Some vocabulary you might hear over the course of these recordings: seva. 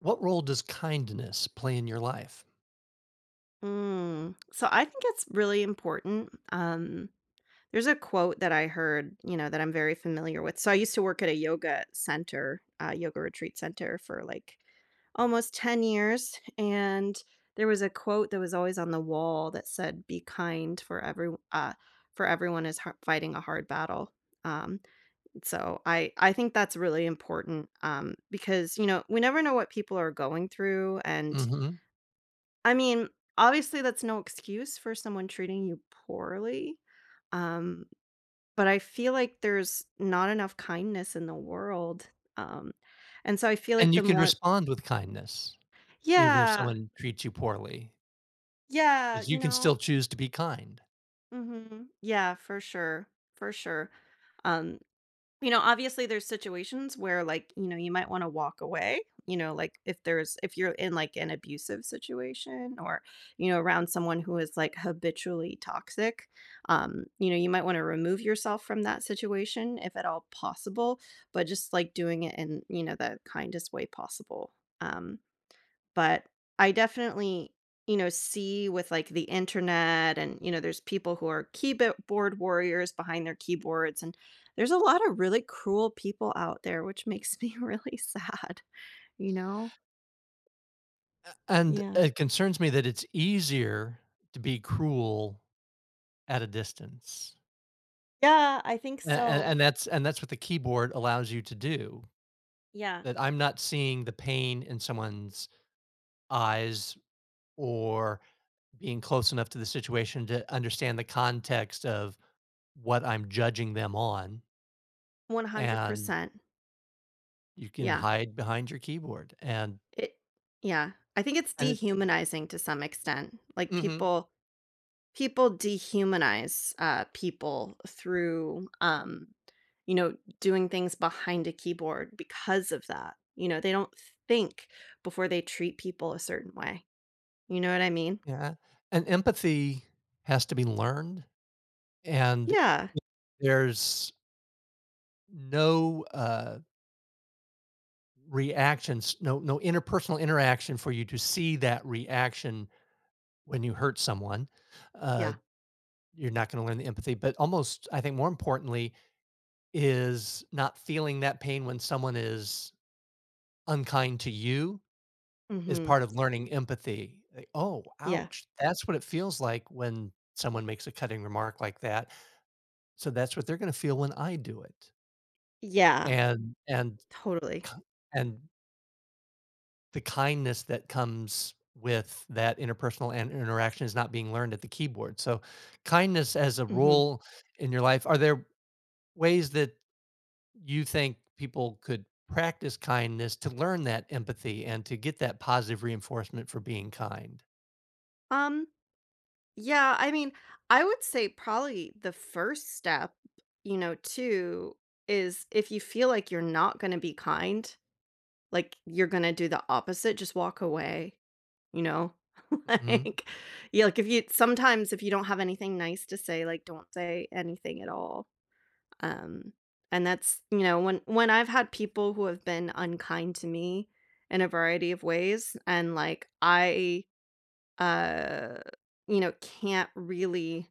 What role does kindness play in your life? Mm. So I think it's really important. There's a quote that I heard, that I'm very familiar with. So I used to work at a yoga center, yoga retreat center for like almost 10 years. And there was a quote that was always on the wall that said, be kind for everyone is fighting a hard battle. Um, so I think that's really important, because, we never know what people are going through. And Mhm, I mean, obviously, that's no excuse for someone treating you poorly, um, but I feel like there's not enough kindness in the world, um, and so I feel like and you the can more. respond with kindness even if Yeah, someone treats you poorly, yeah, because you can still choose to be kind, mhm, yeah, for sure, for sure. um, obviously there's situations where, like, you might wanna walk away, like, if you're in, like, an abusive situation, or, around someone who is, like, habitually toxic. You might wanna remove yourself from that situation if at all possible, but just, like, doing it in, the kindest way possible. Um, but I definitely, see with, like, the internet and, there's people who are keyboard warriors behind their keyboards, and there's a lot of really cruel people out there, which makes me really sad, you know? and Yeah. it concerns me that it's easier to be cruel at a distance, Yeah, I think a so. And that's what the keyboard allows you to do, Yeah, that I'm not seeing the pain in someone's eyes or being close enough to the situation to understand the context of what I'm judging them on, and 100%. you can Yeah. hide behind your keyboard It yeah. I think it's and it dehumanizing to some extent. Like, mhm, people dehumanize, people through, doing things behind a keyboard because of that. They don't think before they treat people a certain way. You know what I mean? yeah, and empathy has to be learned, and Yeah. there's no reactions, no interpersonal interaction for you to see that reaction when you hurt someone, uh, Yeah. you're not gonna learn the empathy, but almost, I think more importantly, is not feeling that pain when someone is unkind to you. Is Mhm. part of learning empathy. Like, "Oh, Yeah. ouch. That's what it feels like when someone makes a cutting remark like that. So that's what they're gonna feel when I do it." Yeah. And and Totally. ki and the kindness that comes with that interpersonal and interaction is not being learned at the keyboard. So kindness as a Mhm. rule in your life, are there ways that you think people could practice kindness to learn that empathy and to get that positive reinforcement for being kind? Um, yeah, I mean, I would say probably the first step, too, is if you feel like you're not gonna be kind, like you're gonna do the opposite, just walk away. You know? Mhm, Like, yeah, like, if you sometimes if you don't have anything nice to say, like, don't say anything at all. Um, and that's, when I've had people who have been unkind to me in a variety of ways, and, like, I, uh, can't really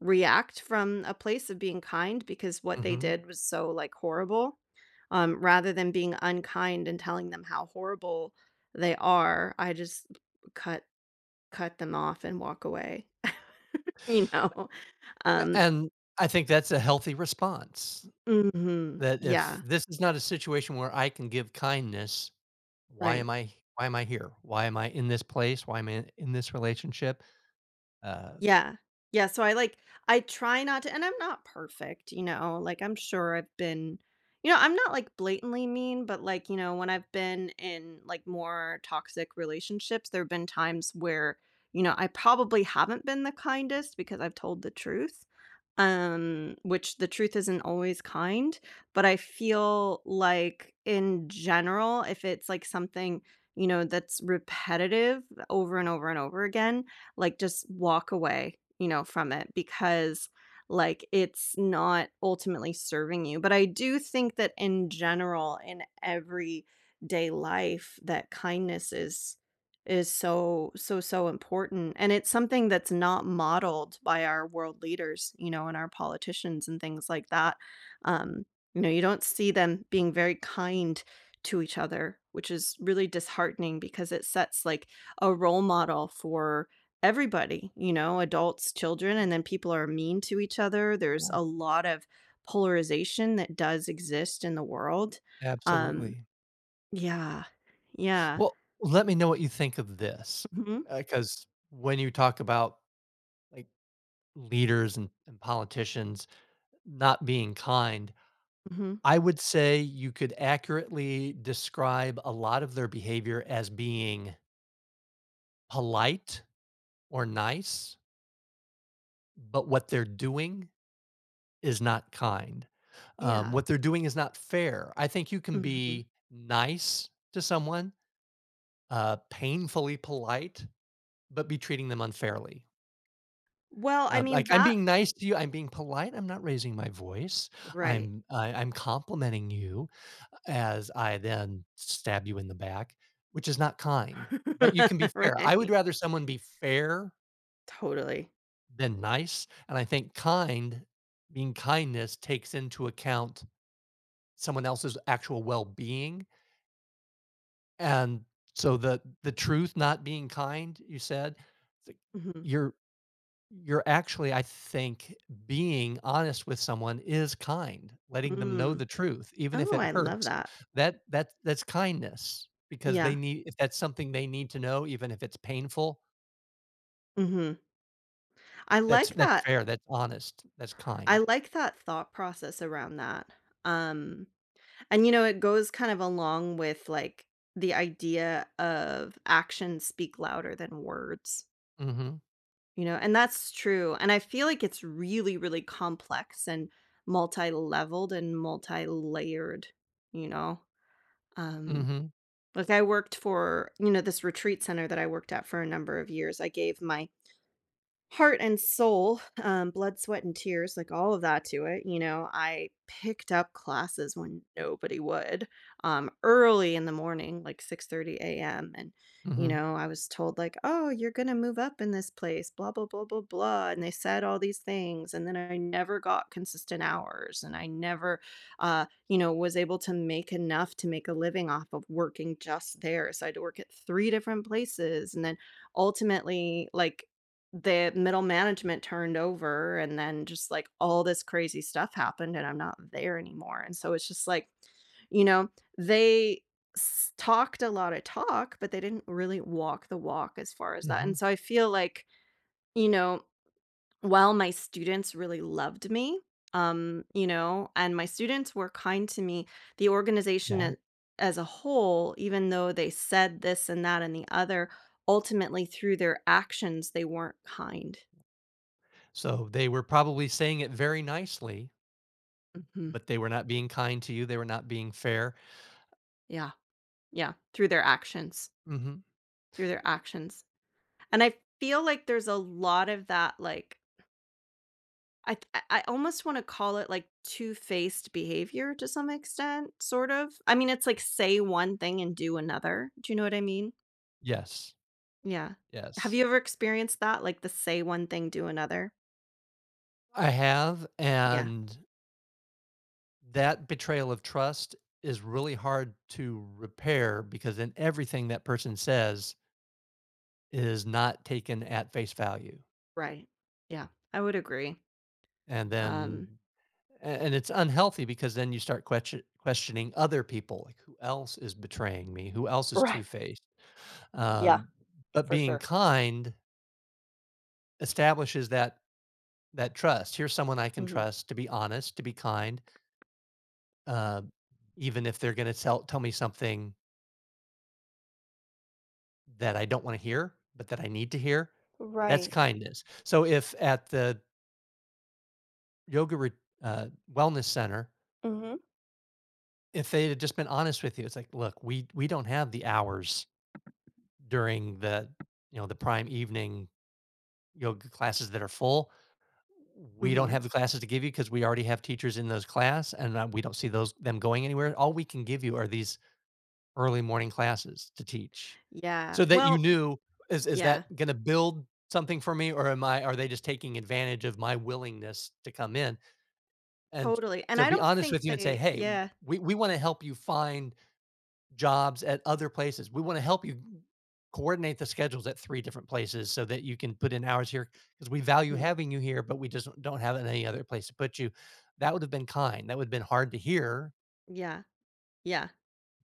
react from a place of being kind because what they mhm, did was so, like, horrible. Rather than being unkind and telling them how horrible they are, I just cut Cut them off and walk away, you know? Um and I think that's a healthy response. mhm, That if yeah, this is not a situation where I can give kindness, right. Why am I here? Why am I in this place? Why am I in this relationship? Uh, Yeah. Yeah, so I, like I try not to, and I'm not perfect, you know? Like, I'm sure I've been, I'm not, like, blatantly mean, but, like, when I've been in, like, more toxic relationships, there have been times where, I probably haven't been the kindest because I've told the truth, which the truth isn't always kind. But I feel like, in general, if it's, like, something, that's repetitive over and over and over again, like just walk away, from it, because like it's not ultimately serving you. But I do think that in general, in everyday life, that kindness is so so so important, and it's something that's not modeled by our world leaders, and our politicians and things like that. um you don't see them being very kind to each other, which is really disheartening because it sets like a role model for everybody, adults, children, and then people are mean to each other. There's yeah, a lot of polarization that does exist in the world. Um, absolutely. yeah, yeah. Well, let me know what you think of this, Hmm. because when you talk about, like, leaders and politicians not being kind, Hmm. I would say you could accurately describe a lot of their behavior as being polite or nice, but what they're doing is not kind. Yeah. What they're doing is not fair. I think you can Hmm. be nice to someone, painfully polite, but be treating them unfairly. Well, I Like mean I'm that, being nice to you, I'm being polite. I'm not raising my voice. right. I'm complimenting you as I then stab you in the back, which is not kind. But you can be fair. I would Right. rather someone be fair Totally. than nice, and I think kind, being kindness, takes into account someone else's actual well-being, and so the truth not being kind you said th- Hmm. you're you're actually I think being honest with someone is kind, letting them know Mm. the truth even if Oh, it I love hurts. that. That's kindness because they Yeah. need, if that's something they need to know even if it's painful, Hmm. I that's like that's that. fair, that's honest, that's I kind. like that thought process around that. Um, And, it goes kind of along with like the idea of actions speak louder than words, Mhm. And that's true. And I feel like it's really, really complex and multi leveled and multi layered, you know. Um, Mhm. like, I worked for, this retreat center that I worked at for a number of years. I gave my heart and soul, blood, sweat, and tears, like all of that to it. You know, I picked up classes when nobody would, early in the morning, like 6:30 a.m. And, Mhm. I was told, like, oh, you're going to move up in this place, blah, blah, blah, blah, blah. And they said all these things. And then I never got consistent hours. And I never, was able to make enough to make a living off of working just there. So I had to work at three different places. And then ultimately like the middle management turned over, and then just, like, all this crazy stuff happened, and I'm not there anymore, and so it's just like, you know, they s talked a lot of talk, but they didn't really walk the walk as far as that, and Mhm. so I feel like, you know, while my students really loved me, and my students were kind to me, the organization Yeah, a as a whole, even though they said this and that and the other, ultimately through their actions, they weren't kind. so they were probably saying it very nicely. Mhm. But they were not being kind to you, they were not being fair? Yeah. Yeah, through their actions, Mhm. through their actions. And I feel like there's a lot of that, like, I th I almost wanna call it, like, two-faced behavior to some extent, sort of. I mean, it's like say one thing and do another. Do you know what I mean? Yes, Yeah. Have yes. you ever experienced that? Like the say one thing, do another? I wow, have, Yeah, and that betrayal of trust is really hard to repair because then everything that person says is not taken at face value, right. Yeah, I would agree. and then Um a and it's unhealthy because then you start questioning other people, like, "Who else is betraying me? Who else is Right. two-faced?" Yeah, Um, but for being sure. kind establishes that. That trust. Here's someone I can Mhm. trust to be honest, to be kind, uh, even if they're going to tell me something that I don't want to hear, but that I need to hear. That's Right. kindness. So if at the yoga re- uh, wellness center, Mhm. if they had just been honest with you, it's like, look, we don't have the hours during the, you know, the prime evening yoga classes that are full. We don't Mhm. have the classes to give you because we already have teachers in those class, and we don't see those them going anywhere. All we can give you are these early morning classes to teach, Yeah. so that you Well, knew, Is that yeah. gonna build something for me, or am I are they just taking advantage of my willingness to come in?" And Totally, and to I be don't honest with think you and say, they "Hey, yeah, we wanna help you find jobs at other places. We wanna help you coordinate the schedules at 3 different places so that you can put in hours here because we value mhm, having you here, but we just don't have any other place to put you." That would've been kind. That would've been hard to hear, yeah, yeah,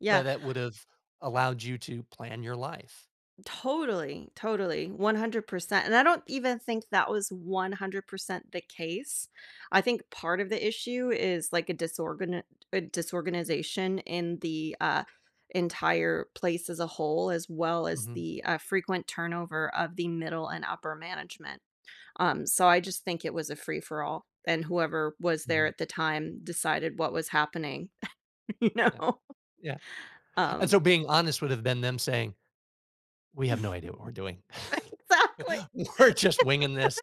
yeah, but that would've allowed you to plan your life. totally, totally, 100%, and I don't even think that was 100% the case. I think part of the issue is, like, a disorganization in the, entire place as a whole, as well as Mhm. the, frequent turnover of the middle and upper management, so I just think it was a free-for-all, and whoever was there Mhm. at the time decided what was happening, you Yeah, know? yeah, and Um so being honest would have been them saying, "We have no idea what we're doing. Exactly. We're just winging this."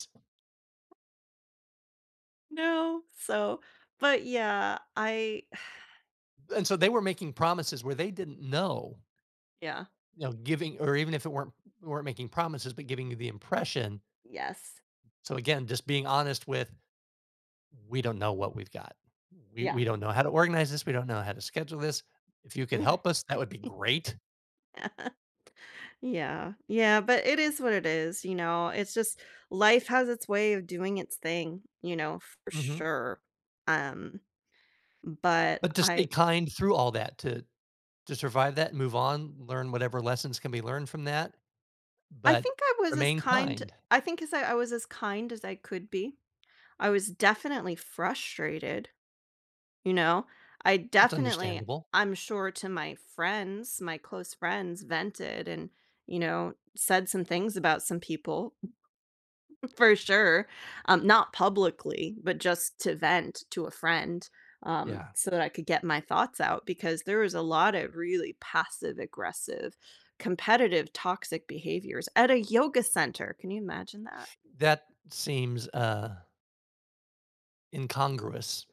No. So, but yeah, I And so they were making promises where they didn't know, yeah. you know, giving, or even if it weren't making promises, but giving you the impression. Yes. So again, just being honest with, "We don't know what we've got. Yeah. We don't know how to organize this. We don't know how to schedule this. If you could help us, that would be great." Yeah. Yeah, but it is what it is, you know? It's just life has its way of doing its thing, for Mhm. sure. Um, but But to stay I kind through all that, to survive that, move on, learn whatever lessons can be learned from that, I but think I was as remain kind. kind. I think, as I was as kind as I could be. I was definitely frustrated. You know, I That's definitely understandable. I'm sure to my friends, my close friends vented, and, said some things about some people for sure. Not publicly, but just to vent to a friend, Yeah. so that I could get my thoughts out because there was a lot of really passive aggressive, competitive, toxic behaviors at a yoga center. Can you imagine that? That seems, incongruous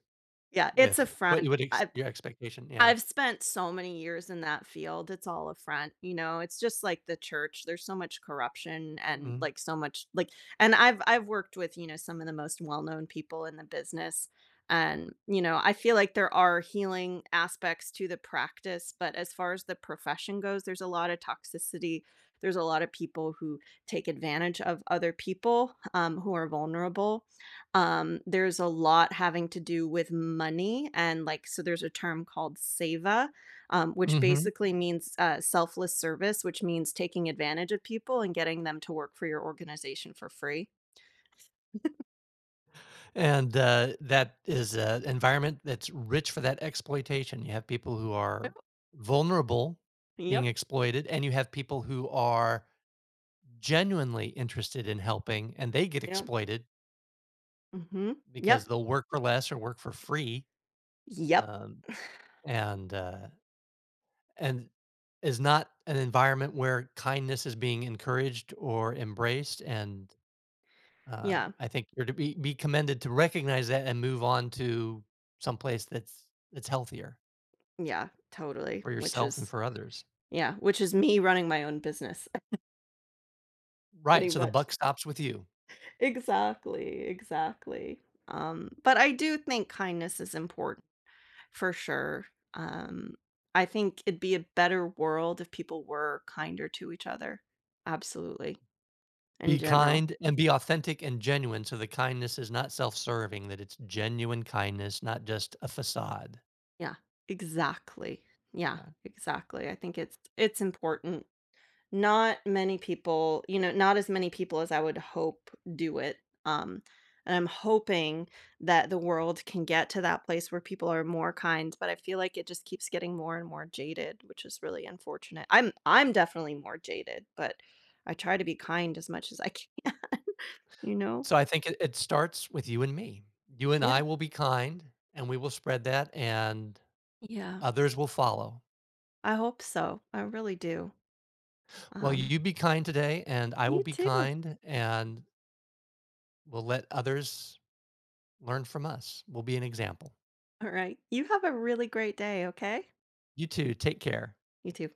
Yeah, it's a with what front. you would ex I your expectation, yeah. I've spent so many years in that field, it's all a front, it's just like the church, there's so much corruption and, Mhm. like, so much like, and I've worked with, some of the most well-known people in the business, and, I feel like there are healing aspects to the practice, but as far as the profession goes, there's a lot of toxicity, there's a lot of people who take advantage of other people, who are vulnerable. There's a lot having to do with money, and like so there's a term called seva, which Mhm. basically means, selfless service, which means taking advantage of people and getting them to work for your organization for free. And, that is an environment that's rich for that exploitation. You have people who Yep. are vulnerable, being Yep. exploited, and you have people who are genuinely interested in helping, and they get Yep. exploited Mhm. because Yep. they'll work for less or work for free, Yep. um, and, uh and is not an environment where kindness is being encouraged or embraced. And Yeah. I think you're to be commended to recognize that and move on to someplace that's healthier Yeah, totally, for yourself and for others. Which is me running my own business pretty Right. So the much. buck stops with you. Exactly, exactly. But I do think kindness is important for sure. Um, I think it'd be a better world if people were kinder to each other. Absolutely. In Be general. kind and be authentic and genuine. So the kindness is not self-serving; that it's genuine kindness, not just a facade. Yeah. Exactly. Yeah, Yeah. exactly. I think it's important. Not many people, you know, not as many people as I would hope do it. Um, and I'm hoping that the world can get to that place where people are more kind, but I feel like it just keeps getting more and more jaded, which is really unfortunate. I'm definitely more jaded, but I try to be kind as much as I can, you know? So I think it starts with you and me. You and I Yeah. will be kind, and we will spread that. And Yeah. others will follow. I hope so. I really do. Well, Um, you be kind today, and I will you be too. kind, and we'll let others learn from us. We'll be an example. All right. You have a really great day, okay? You too. Take care. You too.